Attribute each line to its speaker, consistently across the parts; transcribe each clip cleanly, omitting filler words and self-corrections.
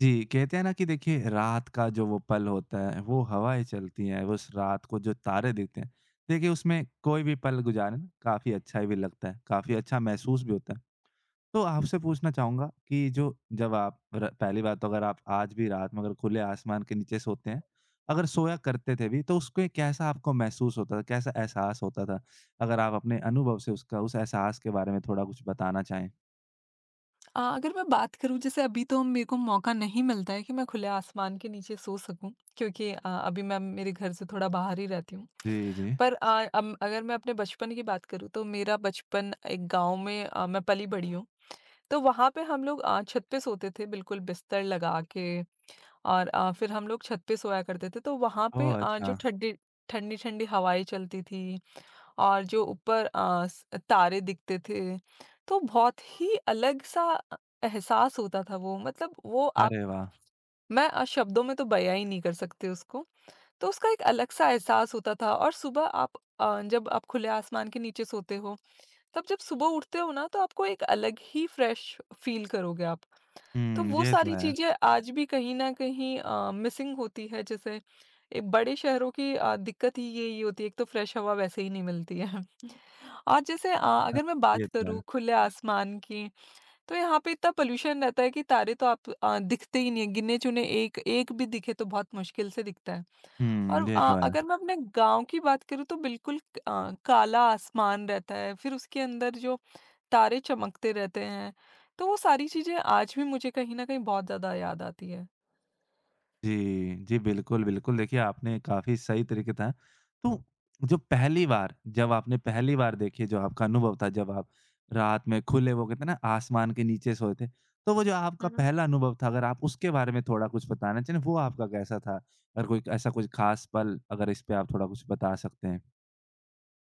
Speaker 1: जी, कहते हैं ना कि देखिए रात का जो वो पल होता है, वो हवाएँ चलती हैं, वो उस रात को जो तारे दिखते हैं, देखिए उसमें कोई भी पल गुजारें ना काफ़ी अच्छा ही भी लगता है, काफ़ी अच्छा महसूस भी होता है। तो आपसे पूछना चाहूँगा कि जो जब आप र पहली बात तो अगर आप आज भी रात में अगर खुले आसमान के नीचे सोते हैं, अगर सोया करते थे भी तो उसके कैसा आपको महसूस होता था? कैसा एहसास होता था? अगर आप अपने अनुभव से उसका उस एहसास के बारे में थोड़ा कुछ बताना चाहें?
Speaker 2: अगर मैं बात करूँ जैसे अभी तो मेरे को मौका नहीं मिलता है कि मैं खुले आसमान के नीचे सो सकूँ क्योंकि अभी मैं मेरे घर से थोड़ा बाहर ही रहती हूँ।
Speaker 1: जी, जी।
Speaker 2: पर अगर मैं अपने बचपन की बात करूँ तो मेरा बचपन एक गाँव में मैं पली-बड़ी हूँ। तो वहाँ पे हम लोग छत पे सोते थे बिल्कुल बिस्तर लगा के और फिर हम लोग छत पे सोया करते थे। तो वहाँ पे
Speaker 1: ओह!
Speaker 2: जो
Speaker 1: अच्छा।
Speaker 2: ठंडी-ठंडी हवाएँ चलती थी और जो ऊपर अ, स तारे दिखते थे, तो बहुत ही अलग-सा एहसास होता था। वो मतलब वो
Speaker 1: अरे वाह!
Speaker 2: शब्दों में तो बयाँ ही नहीं कर सकते उसको। तो उसका एक अलग-सा एहसास होता था और सुबह जब आप खुले आसमान के नीचे सोते हो, तब जब सुबह उठते हो ना, तो आपको एक अलग ही फ्रेश फ़ील करोगे आप। तो
Speaker 1: हुँ,
Speaker 2: वो
Speaker 1: ये तो
Speaker 2: सारी
Speaker 1: है।
Speaker 2: चीज़ें आज भी कहीं न कहीं मिसिंग होती है। जैसे बड़े शहरों की दिक्कत ही यही होती है, एक तो फ्रेश हवा वैसे ही नहीं मिलती है। और जैसे
Speaker 1: हाँ,
Speaker 2: अगर मैं बात
Speaker 1: ये तो है।
Speaker 2: करूँ खुले आसमान की, तो यहाँ पे इतना पॉल्यूशन रहता है कि तारे तो दिखते ही नहीं हैं, गिने-चुने एक एक भी दिखे तो बहुत मुश्किल से दिखता है।
Speaker 1: हुँ,
Speaker 2: और
Speaker 1: ये तो है।
Speaker 2: अगर मैं अपने गाँव की बात करूँ तो बिल्कुल काला आसमान रहता है, फिर उसके अंदर जो तारे चमकते रहते हैं, तो वो सारी चीज़ें आज भी मुझे कहीं न कहीं बहुत ज़्यादा याद आती है।
Speaker 1: जी, जी, बिल्कुल, बिल्कुल। देखिए, आपने काफ़ी सही तरीके था। तो जो पहली बार देखिए जो आपका अनुभव था, जब आप रात में खुले वो कहते हैं ना आसमान के नीचे सोए थे, तो वो जो आपका
Speaker 2: हुँ।
Speaker 1: पहला अनुभव था, अगर आप उसके बारे में थोड़ा कुछ बताना चाहें, वो आपका कैसा था? अगर कोई ऐसा कुछ खास पल अगर इस पे आप थोड़ा कुछ बता सकते हैं?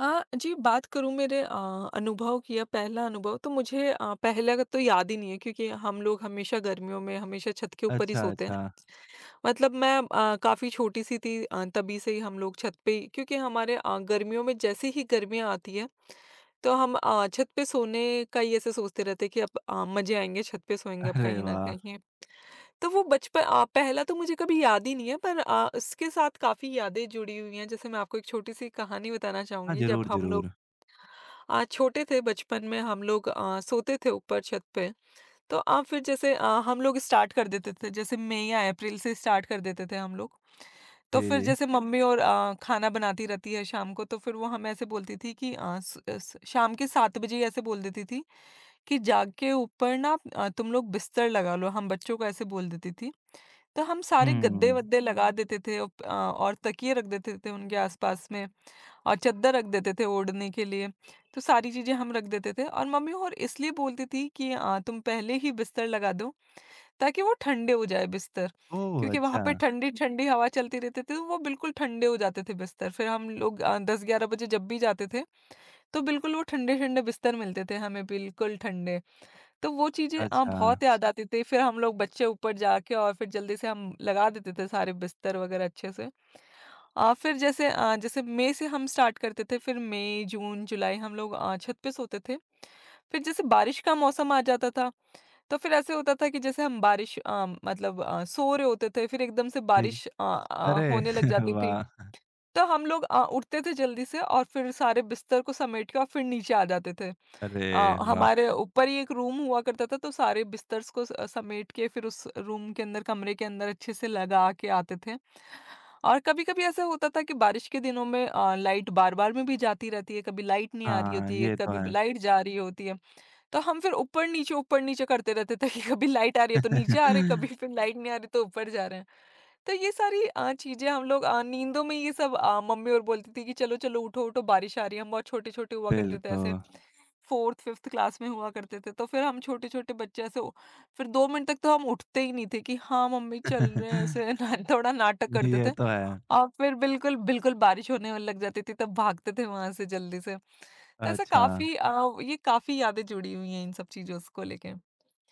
Speaker 2: हाँ, जी बात करूँ मेरे अनुभव की या पहला अनुभव तो मुझे पहला का तो याद ही नहीं है क्योंकि हम लोग हमेशा गर्मियों में हमेशा छत के ऊपर ही
Speaker 1: अच्छा,
Speaker 2: सोते हैं।
Speaker 1: अच्छा।
Speaker 2: मतलब मैं काफ़ी छोटी-सी थी तभी से ही हम लोग छत पे ही, क्योंकि हमारे गर्मियों में जैसे ही गर्मियाँ आती है, तो हम छत पे सोने का ही ऐसे सोचते रहते हैं कि अब मज़े आएँगे, छत पे सोएँगे अब
Speaker 1: अरे
Speaker 2: कहीं न
Speaker 1: वाह!
Speaker 2: कहीं। तो वो बचपन पहला तो मुझे कभी याद ही नहीं है, पर उसके साथ काफ़ी यादें जुड़ी हुई हैं। जैसे मैं आपको एक छोटी-सी कहानी बताना
Speaker 1: हाँ,
Speaker 2: चाहूँगी। जब
Speaker 1: ज़रूर,
Speaker 2: हम लोग
Speaker 1: ज़रूर।
Speaker 2: छोटे थे, बचपन में हम लोग सोते थे ऊपर छत पे, तो फिर जैसे हम लोग स्टार्ट कर देते थे, जैसे मई या अप्रैल से स्टार्ट कर देते थे हम लोग। तो
Speaker 1: जी,
Speaker 2: फिर
Speaker 1: जी।
Speaker 2: जैसे मम्मी और खाना बनाती रहती है शाम को, तो फिर वो हमें ऐसे बोलती थी कि अ, स स शाम के 7 बजे ऐसे बोल देती थी कि जाके ऊपर ना तुम लोग बिस्तर लगा लो, हम बच्चों को ऐसे बोल देती थी। तो हम सारे
Speaker 1: हुँ।
Speaker 2: गद्दे-वद्दे लगा देते थे और तकिए रख देते थे उनके आस-पास में और चद्दर रख देते थे ओढ़ने के लिए। तो सारी चीज़ें हम रख देते थे और मम्मी और इसलिए बोलती थी कि तुम पहले ही बिस्तर लगा दो ताकि वो ठंडे हो जाए बिस्तर,
Speaker 1: ओह!
Speaker 2: क्योंकि वहां
Speaker 1: अच्छा,
Speaker 2: पे ठंडी ठंडी हवा चलती रहती थी, तो वो बिल्कुल ठंडे हो जाते थे बिस्तर। फिर हम लोग दस ग्यारह बजे जब भी जाते थे तो बिल्कुल वो ठंडे ठंडे बिस्तर मिलते थे हमें, बिल्कुल ठंडे। तो वो चीजें
Speaker 1: अच्छा।
Speaker 2: बहुत याद आती थी। फिर हम लोग बच्चे ऊपर जाके और फिर जल्दी से हम लगा देते थे सारे बिस्तर वगैरह अच्छे से। फिर जैसे जैसे मई से हम स्टार्ट करते थे, फिर मई जून जुलाई हम लोग छत पे सोते थे। फिर जैसे बारिश का मौसम आ जाता था, तो फिर ऐसे होता था कि जैसे हम मतलब सो रहे होते थे, फिर एकदम से
Speaker 1: जी, जी।
Speaker 2: बारिश
Speaker 1: अरे!
Speaker 2: होने लग जाती थी।
Speaker 1: वाह!
Speaker 2: तो हम लोग उठते थे जल्दी से और फिर सारे बिस्तर को समेट के और फिर नीचे आ जाते थे।
Speaker 1: अरे
Speaker 2: अ,
Speaker 1: वाह!
Speaker 2: हमारे ऊपर ही एक रूम हुआ करता था, तो सारे बिस्तर्स को स समेट के फिर उस रूम के अंदर, कमरे के अंदर अच्छे से लगा के आते थे। और कभी-कभी ऐसा होता था कि बारिश के दिनों में लाइट बार-बार में भी जाती रहती है, कभी लाइट नहीं आ रही
Speaker 1: हाँ,
Speaker 2: होती है,
Speaker 1: ये तो
Speaker 2: कभी
Speaker 1: है।
Speaker 2: लाइट जा रही होती है। तो हम फिर ऊपर-नीचे, ऊपर-नीचे करते रहते थे कि कभी लाइट आ रही है तो नीचे आ रहे हैं, कभी फिर लाइट नहीं आ रही तो ऊपर जा रहे हैं। तो ये सारी चीज़ें हम लोग नींदों में, ये सब मम्मी और बोलती थी कि चलो, चलो, उठो, उठो, बारिश आ रही है। हम बहुत छोटे-छोटे हुआ करते थे ऐसे,
Speaker 1: बिल्कुल।
Speaker 2: 4th, 5th क्लास में हुआ करते थे। तो फिर हम छोटे-छोटे बच्चे ऐसे ओ फिर 2 मिनट तक तो हम उठते ही नहीं थे कि हाँ, मम्मी, चल रहे हैं ऐसे ना, थोड़ा नाटक करते
Speaker 1: ये
Speaker 2: थे।
Speaker 1: तो है।
Speaker 2: और फिर बिल्कुल, बिल्कुल बारिश होने लग जाती थी तब भागते थे वहाँ से जल्दी से। तो ऐसा
Speaker 1: अच्छा।
Speaker 2: ये काफ़ी यादें जुड़ी हुई हैं इन सब चीज़ों स को लेके।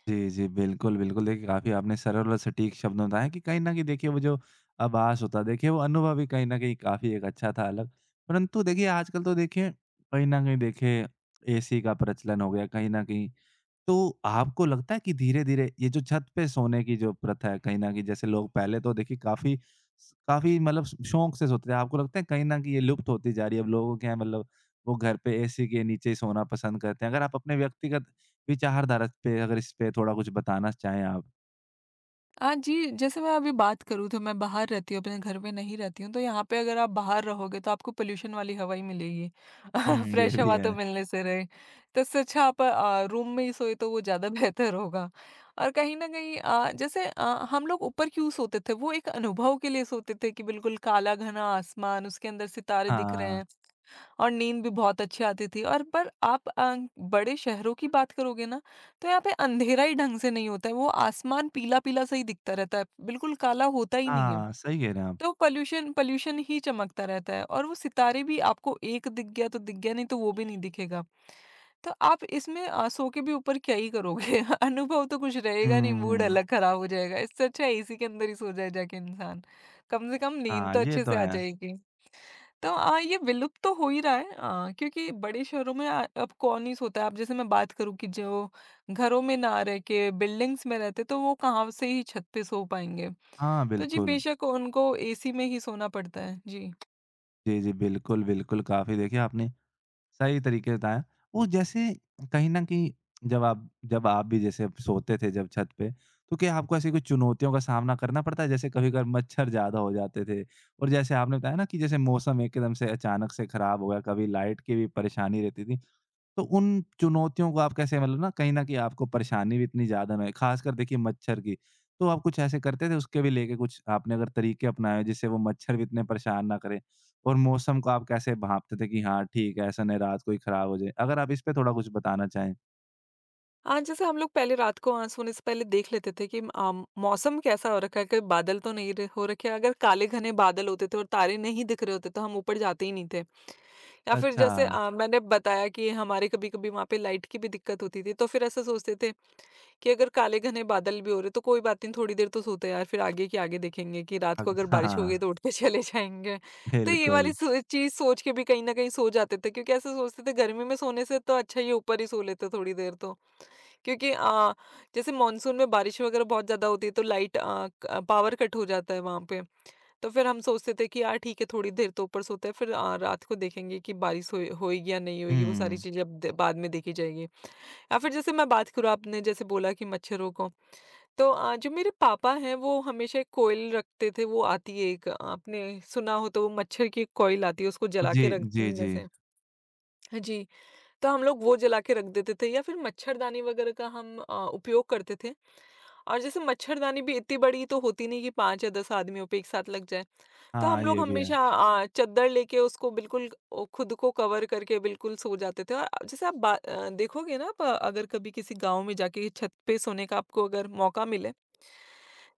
Speaker 1: जी, जी, बिल्कुल, बिल्कुल। देखिए, काफ़ी आपने सरल और सटीक शब्द में बताया कि कहीं न कहीं देखिए वो जो आभास होता है, देखिए वो अनुभव भी कहीं न कहीं काफ़ी एक अच्छा था अलग। परंतु देखिए आजकल तो देखिए, कहीं न कहीं देखिए एसी का प्रचलन हो गया, कहीं न कहीं तो आपको लगता है कि धीरे-धीरे ये जो छत पे सोने की जो प्रथा है कहीं न कहीं जैसे लोग पहले तो देखिए काफ़ी स काफ़ी मतलब श शौक से सोते थे। आपको लगता है कहीं न कहीं ये लुप्त होती जा रही है? अब लोगों के यहाँ मतलब वो घर पे एसी के नीचे ही सोना पसंद करते हैं। अगर आप अपने व्यक्तिगत विचारधारा पे अगर इस पे थोड़ा कुछ बताना चाहें आप?
Speaker 2: हाँ जी, जैसे मैं अभी बात करूँ तो मैं बाहर रहती हूँ, अपने घर में नहीं रहती हूँ, तो यहाँ पे अगर आप बाहर रहोगे तो आपको पॉल्यूशन वाली हवा ही मिलेगी।
Speaker 1: हुँ, ये
Speaker 2: फ्रेश
Speaker 1: भी
Speaker 2: हवा
Speaker 1: है।
Speaker 2: तो मिलने से रहे, तो इससे अच्छा आप रूम में ही सोए तो वो ज़्यादा बेहतर होगा। और कहीं न कहीं जैसे हम लोग ऊपर क्यों सोते थे, वो एक अनुभव के लिए सोते थे कि बिल्कुल काला घना आसमान, उसके अंदर सितारे दिख रहे हैं।
Speaker 1: हाँ।
Speaker 2: और नींद भी बहुत अच्छी आती थी, और पर आप बड़े शहरों की बात करोगे ना, तो यहाँ पे अंधेरा ही ढंग से नहीं होता है, वो आसमान पीला-पीला सा ही दिखता रहता है, बिल्कुल काला होता ही नहीं है।
Speaker 1: हाँ, सही कह रहे हैं आप।
Speaker 2: तो पॉल्यूशन पॉल्यूशन ही चमकता रहता है और वो सितारे भी आपको, एक दिख गया तो दिख गया, नहीं तो वो भी नहीं दिखेगा। तो आप इसमें सो के भी ऊपर क्या ही करोगे? अनुभव तो कुछ रहेगा नहीं, मूड
Speaker 1: हुँ।
Speaker 2: अलग खराब हो जाएगा, इससे अच्छा एसी के अंदर ही सो जाए जाके इंसान, कम से कम नींद
Speaker 1: हाँ,
Speaker 2: तो
Speaker 1: ये
Speaker 2: अच्छे
Speaker 1: तो
Speaker 2: से आ
Speaker 1: है।
Speaker 2: जाएगी। तो ये विलुप्त तो हो ही रहा है क्योंकि बड़े शहरों में अब कौन ही सोता है अब। जैसे मैं बात करूं कि जो घरों में ना रह के बिल्डिंग्स में रहते, तो वो कहाँ से ही छत पे सो पाएंगे।
Speaker 1: हाँ,
Speaker 2: तो जी
Speaker 1: बिल्कुल।
Speaker 2: बेशक उनको एसी में ही सोना पड़ता है जी।
Speaker 1: जी, जी। बिल्कुल, बिल्कुल। काफ़ी देखिए आपने सही तरीके से बताया। वो जैसे कहीं न कहीं जब आप भी जैसे सोते थे जब छत पे, तो क्या आपको ऐसी कोई चुनौतियों का सामना करना पड़ता है? जैसे कभी-कभार मच्छर ज़्यादा हो जाते थे और जैसे आपने बताया ना कि जैसे मौसम एकदम से अचानक से खराब हो गया, कभी लाइट की भी परेशानी रहती थी। तो उन चुनौतियों को आप कैसे मतलब ना कहीं न कहीं आपको परेशानी भी इतनी ज़्यादा ना हो, ख़ासकर देखिए मच्छर की। तो आप कुछ ऐसे करते थे उसके भी लेके कुछ आपने अगर तरीके अपनाए हो जिससे वो मच्छर भी इतने परेशान ना करें? और मौसम को आप कैसे भाँपते थे कि हाँ, ठीक है ऐसा नहीं रात को ही ख़राब हो जाए? अगर आप इस पे थोड़ा कुछ बताना चाहें।
Speaker 2: आज जैसे हम लोग पहले रात को सोने से पहले देख लेते थे कि मौसम कैसा हो रखा है, कि बादल तो नहीं हो रखे हैं। अगर काले घने बादल होते थे और तारे नहीं दिख रहे होते तो हम ऊपर जाते ही नहीं थे, या फिर
Speaker 1: अच्छा।
Speaker 2: जैसे मैंने बताया कि हमारे कभी कभी वहां पे लाइट की भी दिक्कत होती थी, तो फिर ऐसा सोचते थे कि अगर काले घने बादल भी हो रहे, तो कोई बात नहीं, थोड़ी देर तो सोते हैं यार, फिर आगे की आगे देखेंगे कि रात को
Speaker 1: अग
Speaker 2: अगर
Speaker 1: हाँ,
Speaker 2: बारिश हो गई
Speaker 1: हाँ।
Speaker 2: तो उठ के चले जाएँगे। तो ये वाली
Speaker 1: बिल्कुल।
Speaker 2: सो चीज़ सोच के भी कहीं न कहीं सो जाते थे, क्योंकि ऐसा सोचते थे गर्मी में सोने से तो अच्छा ही ऊपर ही सो लेते थोड़ी देर तो। क्योंकि जैसे मॉनसून में बारिश वगैरह बहुत ज़्यादा होती है, तो लाइट अ, क पावर कट हो जाता है वहाँ पे। तो फिर हम सोचते थे कि यार ठीक है, थोड़ी देर तो ऊपर सोते हैं, फिर रात को देखेंगे कि बारिश होएगी या नहीं होएगी, वो सारी
Speaker 1: हुँ।
Speaker 2: चीज़ें अब द बाद में देखी जाएगी। या फिर जैसे मैं बात करूँ आपने जैसे बोला कि मच्छरों को, तो जो मेरे पापा हैं, वो हमेशा एक कोयल रखते थे, वो आती है एक, आपने सुना हो तो वो मच्छर की एक कोयल आती है, उसको जला
Speaker 1: जी,
Speaker 2: के रख
Speaker 1: जी,
Speaker 2: देने
Speaker 1: जी।
Speaker 2: से। हाँ जी, तो हम लोग वो जला के रख देते थे, या फिर मच्छरदानी वगैरह का हम उपयोग करते थे। और जैसे मच्छरदानी भी इतनी बड़ी तो होती नहीं कि 5 या 10 आदमियों पे एक साथ लग जाए। तो
Speaker 1: हाँ,
Speaker 2: हम लोग
Speaker 1: ये भी है।
Speaker 2: हमेशा चद्दर लेके उसको बिल्कुल खुद को कवर करके बिल्कुल सो जाते थे। और जैसे आप देखोगे ना, आप अगर कभी किसी गांव में जाके छत पे सोने का आपको अगर मौका मिले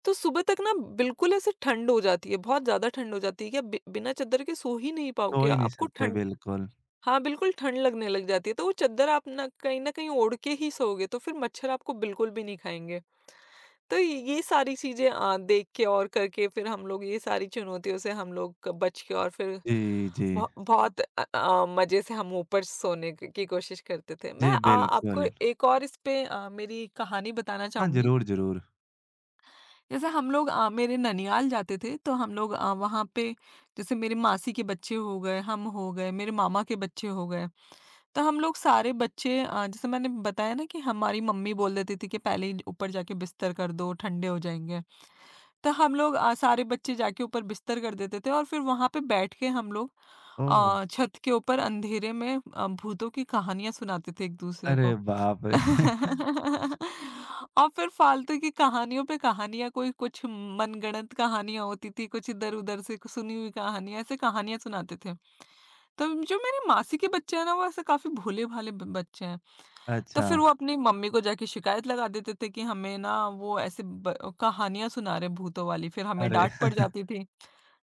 Speaker 2: तो सुबह तक ना बिल्कुल ऐसे ठंड हो जाती है, बहुत ज्यादा ठंड हो जाती है कि आप बिना चद्दर के सो ही नहीं
Speaker 1: सो
Speaker 2: पाओगे,
Speaker 1: ही नहीं
Speaker 2: आपको
Speaker 1: सकते
Speaker 2: ठंड,
Speaker 1: बिल्कुल।
Speaker 2: हाँ बिल्कुल ठंड लगने लग जाती है, तो वो चद्दर आप ना कहीं ओढ़ के ही सोओगे तो फिर मच्छर आपको बिल्कुल भी नहीं खाएंगे। तो ये सारी चीज़ें देख के और करके फिर हम लोग ये सारी चुनौतियों से हम लोग क बच के और फिर
Speaker 1: जी, जी।
Speaker 2: बहुत मज़े से हम ऊपर सोने क की कोशिश करते थे। मैं
Speaker 1: जी,
Speaker 2: आपको
Speaker 1: बिल्कुल।
Speaker 2: एक और इस पे मेरी कहानी बताना
Speaker 1: हाँ,
Speaker 2: चाहूँगी।
Speaker 1: ज़रूर, ज़रूर।
Speaker 2: जैसे हम लोग मेरे ननियाल जाते थे तो हम लोग वहाँ पे, जैसे मेरी मासी के बच्चे हो गए, हम हो गए, मेरे मामा के बच्चे हो गए। तो हम लोग सारे बच्चे, जैसे मैंने बताया ना कि हमारी मम्मी बोल देती थी कि पहले ही ऊपर जाके बिस्तर कर दो, ठंडे हो जाएँगे। तो हम लोग सारे बच्चे जाके ऊपर बिस्तर कर देते थे और फिर वहाँ पे बैठ के हम लोग
Speaker 1: ओह!
Speaker 2: छत के ऊपर अंधेरे में भूतों की कहानियाँ सुनाते थे एक-दूसरे को।
Speaker 1: अरे बाप रे!
Speaker 2: और फिर फालतू की कहानियों पे कहानियाँ, कोई कुछ मनगढ़ंत कहानियाँ होती थी, कुछ इधर-उधर से कुछ सुनी हुई कहानियाँ, ऐसे कहानियाँ सुनाते थे। तो जो मेरी मासी के बच्चे हैं ना, वो ऐसे काफ़ी भोले-भाले ब बच्चे हैं। तो
Speaker 1: अच्छा,
Speaker 2: फिर वो अपनी मम्मी को जाके शिकायत लगा देते थे कि हमें ना वो ऐसे ब कहानियाँ सुना रहे भूतों वाली, फिर हमें
Speaker 1: अरे!
Speaker 2: डाँट पड़ जाती थी।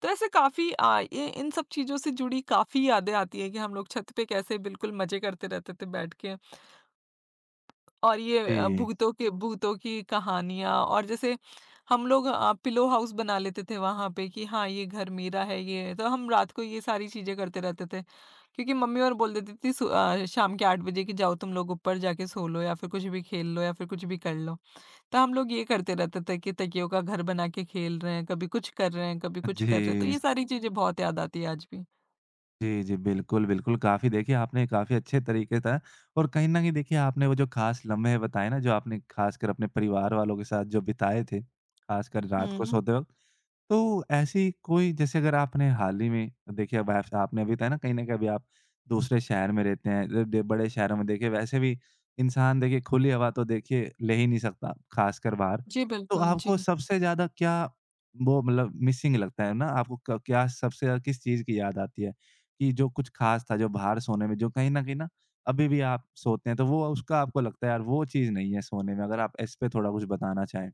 Speaker 2: तो ऐसे काफ़ी ये इन सब चीज़ों से जुड़ी काफ़ी यादें आती हैं कि हम लोग छत पे कैसे बिल्कुल मज़े करते रहते थे बैठ के और ये
Speaker 1: जी।
Speaker 2: भूतों की कहानियाँ। और जैसे हम लोग पिलो हाउस बना लेते थे वहाँ पे कि हाँ, ये घर मेरा है, ये तो हम रात को ये सारी चीज़ें करते रहते थे। क्योंकि मम्मी और बोल देती थी शाम के 8 बजे कि जाओ तुम लोग ऊपर जाके सो लो या फिर कुछ भी खेल लो या फिर कुछ भी कर लो। तो हम लोग ये करते रहते थे कि तकियों का घर बना के खेल रहे हैं, कभी कुछ कर रहे हैं, कभी कुछ
Speaker 1: जी।
Speaker 2: कर रहे हैं। तो ये सारी चीज़ें बहुत याद आती है आज भी।
Speaker 1: जी, जी, बिल्कुल, बिल्कुल, काफ़ी देखिए आपने काफ़ी अच्छे तरीके था और कहीं न कहीं देखिए आपने वो जो ख़ास लम्हे बताए ना, जो आपने ख़ासकर अपने परिवार वालों के साथ जो बिताए थे, ख़ासकर रात को
Speaker 2: हुँ।
Speaker 1: सोते वक़्त तो ऐसी कोई जैसे अगर आपने हाल ही में देखिए अब आपने अभी था ना कहीं अभी आप दूसरे शहर में रहते हैं जब बड़े शहरों में देखिए वैसे भी इंसान देखिए खुली हवा तो देखिए ले ही नहीं सकता खासकर बाहर
Speaker 2: जी,
Speaker 1: तो
Speaker 2: बिल्कुल। जी।
Speaker 1: आपको सबसे ज्यादा क्या वो मतलब मिसिंग लगता है ना आपको क्या सबसे ज्यादा किस चीज की याद आती है कि जो कुछ खास था जो बाहर सोने में जो कहीं ना अभी भी आप सोते हैं तो वो उसका आपको लगता है यार वो चीज नहीं है सोने में अगर आप इस पे थोड़ा कुछ बताना चाहें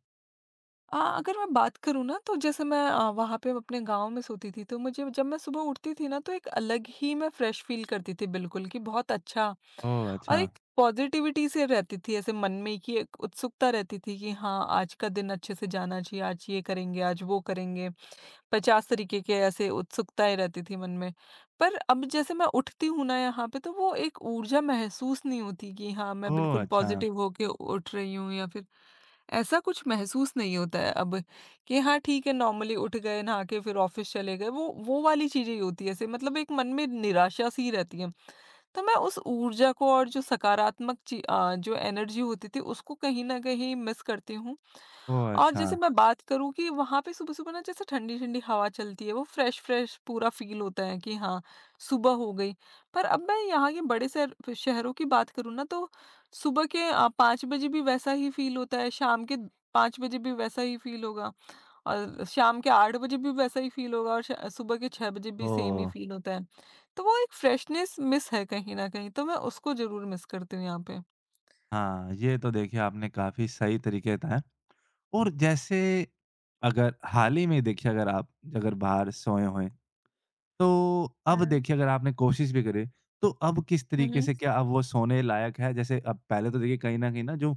Speaker 2: अगर मैं बात करूँ ना तो जैसे मैं वहाँ पे अपने गाँव में सोती थी, तो मुझे जब मैं सुबह उठती थी ना तो एक अलग ही मैं फ्रेश फ़ील करती थी, बिल्कुल कि बहुत अच्छा।
Speaker 1: ओह
Speaker 2: और
Speaker 1: अच्छा
Speaker 2: एक पॉजिटिविटी से रहती थी ऐसे मन में कि एक उत्सुकता रहती थी कि हाँ, आज का दिन अच्छे से जाना चाहिए, आज ये करेंगे, आज वो करेंगे। 50 तरीके के ऐसे उत्सुकताएं रहती थी मन में। पर अब जैसे मैं उठती हूँ ना यहाँ पे, तो वो एक ऊर्जा महसूस नहीं होती कि हाँ, मैं
Speaker 1: ओह
Speaker 2: बिल्कुल
Speaker 1: अच्छा
Speaker 2: पॉजिटिव होके उठ रही हूँ या फिर। ऐसा कुछ महसूस नहीं होता है अब कि हाँ, ठीक है, नॉर्मली उठ गए, नहा के फिर ऑफिस चले गए, वो वाली चीजें ही होती है, ऐसे मतलब एक मन में निराशा सी रहती है। तो मैं उस ऊर्जा को और जो जो एनर्जी होती थी उसको कहीं ना कहीं मिस करती हूँ।
Speaker 1: ओह!
Speaker 2: और
Speaker 1: अच्छा।
Speaker 2: जैसे मैं बात करूँ कि वहाँ पे सुबह-सुबह ना जैसे ठंडी-ठंडी हवा चलती है, वो फ्रेश-फ्रेश पूरा फ़ील होता है कि हाँ, सुबह हो गई। पर अब मैं यहाँ के बड़े शहरों की बात करूँ ना, तो सुबह के 5 बजे भी वैसा ही फ़ील होता है, शाम के 5 बजे भी वैसा ही फ़ील होगा और शाम के 8 बजे भी वैसा ही फ़ील होगा और श सुबह के 6 बजे भी सेम ही
Speaker 1: ओह!
Speaker 2: फ़ील होता है। तो वो एक फ्रेशनेस मिस है कहीं न कहीं, तो मैं उसको ज़रूर मिस करती हूँ यहाँ पे।
Speaker 1: हाँ, ये तो देखिए आपने काफ़ी सही तरीके बताया और जैसे अगर हाल ही में देखिए अगर आप अगर बाहर सोए हों तो अब
Speaker 2: हाँ।
Speaker 1: देखिए अगर आपने कोशिश भी करी, तो अब किस
Speaker 2: हुँ,
Speaker 1: तरीके
Speaker 2: हुँ।
Speaker 1: से क्या अब वो सोने लायक है? जैसे अब पहले तो देखिए कहीं न कहीं ना जो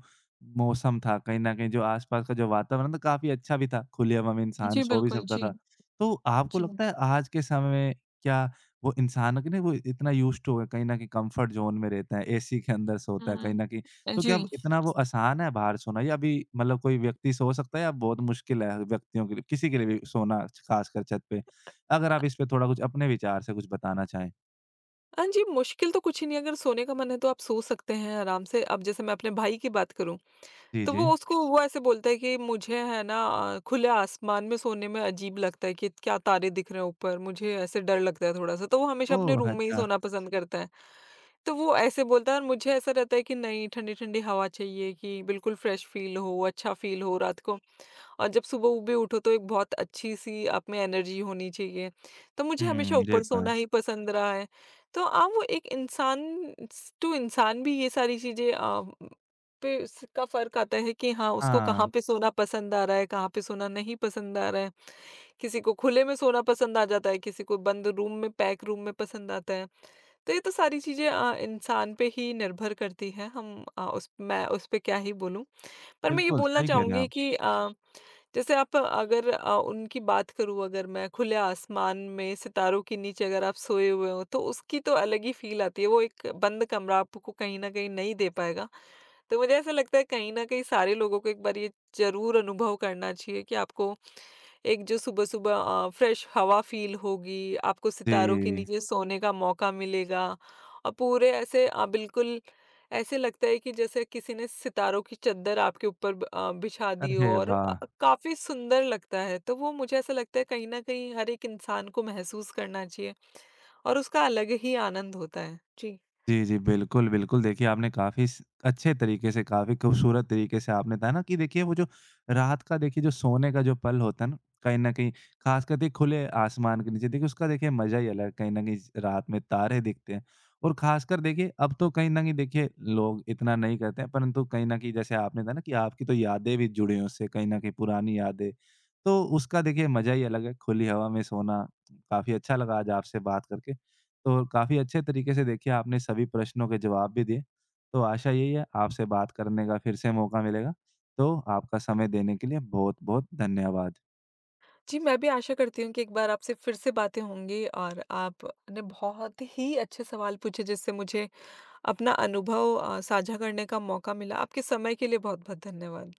Speaker 1: मौसम था, कहीं न कहीं जो आस-पास का जो वातावरण था काफ़ी अच्छा भी था, खुली हवा में इंसान
Speaker 2: जी,
Speaker 1: सो भी
Speaker 2: बिल्कुल।
Speaker 1: सकता
Speaker 2: जी,
Speaker 1: था। तो आपको
Speaker 2: जी।
Speaker 1: लगता है आज के समय में क्या वो इंसान क ना वो इतना यूज़्ड टू है कहीं न कहीं कम्फर्ट ज़ोन में रहता है, एसी के अंदर सोता है कहीं
Speaker 2: हुँ,
Speaker 1: न कहीं। तो क्या
Speaker 2: जी।
Speaker 1: अब इतना वो आसान है बाहर सोना या अभी मतलब कोई व्यक्ति सो सकता है या बहुत मुश्किल है व्यक्तियों के लिए किसी के लिए भी सोना ख़ासकर छत पे? अगर आप इस पे थोड़ा कुछ अपने विचार से कुछ बताना चाहें?
Speaker 2: हाँ जी, मुश्किल तो कुछ ही नहीं है, अगर सोने का मन है तो आप सो सकते हैं आराम से। अब जैसे मैं अपने भाई की बात करूँ,
Speaker 1: जी,
Speaker 2: तो वो
Speaker 1: जी।
Speaker 2: उसको वो ऐसे बोलता है कि मुझे है ना खुले आसमान में सोने में अजीब लगता है कि क्या तारे दिख रहे हैं ऊपर, मुझे ऐसे डर लगता है थोड़ा-सा। तो वो हमेशा अपने
Speaker 1: ओह!
Speaker 2: रूम में ही
Speaker 1: अच्छा।
Speaker 2: सोना पसंद करता है। तो वो ऐसे बोलता है और मुझे ऐसा रहता है कि नहीं, ठंडी-ठंडी हवा चाहिए कि बिल्कुल फ्रेश फ़ील हो, अच्छा फ़ील हो रात को। और जब सुबह भी उठो तो एक बहुत अच्छी-सी आप में एनर्जी होनी चाहिए। तो मुझे हमेशा
Speaker 1: हुँ,
Speaker 2: ऊपर
Speaker 1: ये
Speaker 2: हुँ।
Speaker 1: तो
Speaker 2: सोना
Speaker 1: है।
Speaker 2: ही पसंद रहा है। तो आप, वो एक इंसान स टू इंसान भी ये सारी चीज़ें पे इसका फ़र्क आता है कि हाँ, उसको कहाँ
Speaker 1: हाँ,
Speaker 2: पे सोना पसंद आ रहा है, कहाँ पे सोना नहीं पसंद आ रहा है। किसी को खुले में सोना पसंद आ जाता है, किसी को बंद रूम में, पैक रूम में पसंद आता है। तो ये तो सारी चीज़ें इंसान पे ही निर्भर करती हैं। हम अ, उस मैं उस पे क्या ही बोलूँ। पर मैं ये
Speaker 1: बिल्कुल
Speaker 2: बोलना
Speaker 1: सही कह रहे हैं
Speaker 2: चाहूँगी
Speaker 1: आप।
Speaker 2: कि जैसे आप, अगर उनकी बात करूँ, अगर मैं खुले आसमान में सितारों के नीचे अगर आप सोए हुए हो तो उसकी तो अलग ही फील आती है। वो एक बंद कमरा आपको कहीं न कहीं नहीं दे पाएगा। तो मुझे ऐसा लगता है कहीं न कहीं सारे लोगों को एक बार ये ज़रूर अनुभव करना चाहिए कि आपको, एक जो सुबह-सुबह फ्रेश हवा फ़ील होगी, आपको सितारों के
Speaker 1: जी।
Speaker 2: नीचे सोने का मौका मिलेगा और पूरे ऐसे बिल्कुल ऐसे लगता है कि जैसे किसी ने सितारों की चद्दर आपके ऊपर बिछा दी हो
Speaker 1: अरे
Speaker 2: और
Speaker 1: वाह!
Speaker 2: काफ़ी सुंदर लगता है। तो वो मुझे ऐसा लगता है कहीं न कहीं हर एक इंसान को महसूस करना चाहिए और उसका अलग ही आनंद होता है। जी।
Speaker 1: जी, जी। बिल्कुल, बिल्कुल। देखिए, आपने काफ़ी स अच्छे तरीके से, काफ़ी खूबसूरत तरीके से आपने बताया ना कि देखिए, वो जो रात का देखिए जो सोने का जो पल होता है ना, कहीं न कहीं ख़ासकर देखिए खुले आसमान के नीचे, देखिए उसका देखिए मज़ा ही अलग है। कहीं न कहीं स रात में तारे दिखते हैं और ख़ासकर देखिए अब तो कहीं न कहीं देखिए लोग इतना नहीं करते हैं, परंतु कहीं न कहीं जैसे आपने बताया ना कि आपकी तो यादें भी जुड़ी हैं उससे, कहीं न कहीं पुरानी यादें। तो उसका देखिए मज़ा ही अलग है, खुली हवा में सोना। काफ़ी अच्छा लगा आज आपसे बात करके। तो काफ़ी अच्छे तरीके से देखिए आपने सभी प्रश्नों के जवाब भी दिए। तो आशा यही है आपसे बात करने का फिर से मौका मिलेगा। तो आपका समय देने के लिए बहुत-बहुत धन्यवाद।
Speaker 2: जी, मैं भी आशा करती हूँ कि एक बार आपसे फिर से बातें होंगी, और आपने बहुत ही अच्छे सवाल पूछे जिससे मुझे अपना अनुभव साझा करने का मौका मिला। आपके समय के लिए बहुत-बहुत धन्यवाद।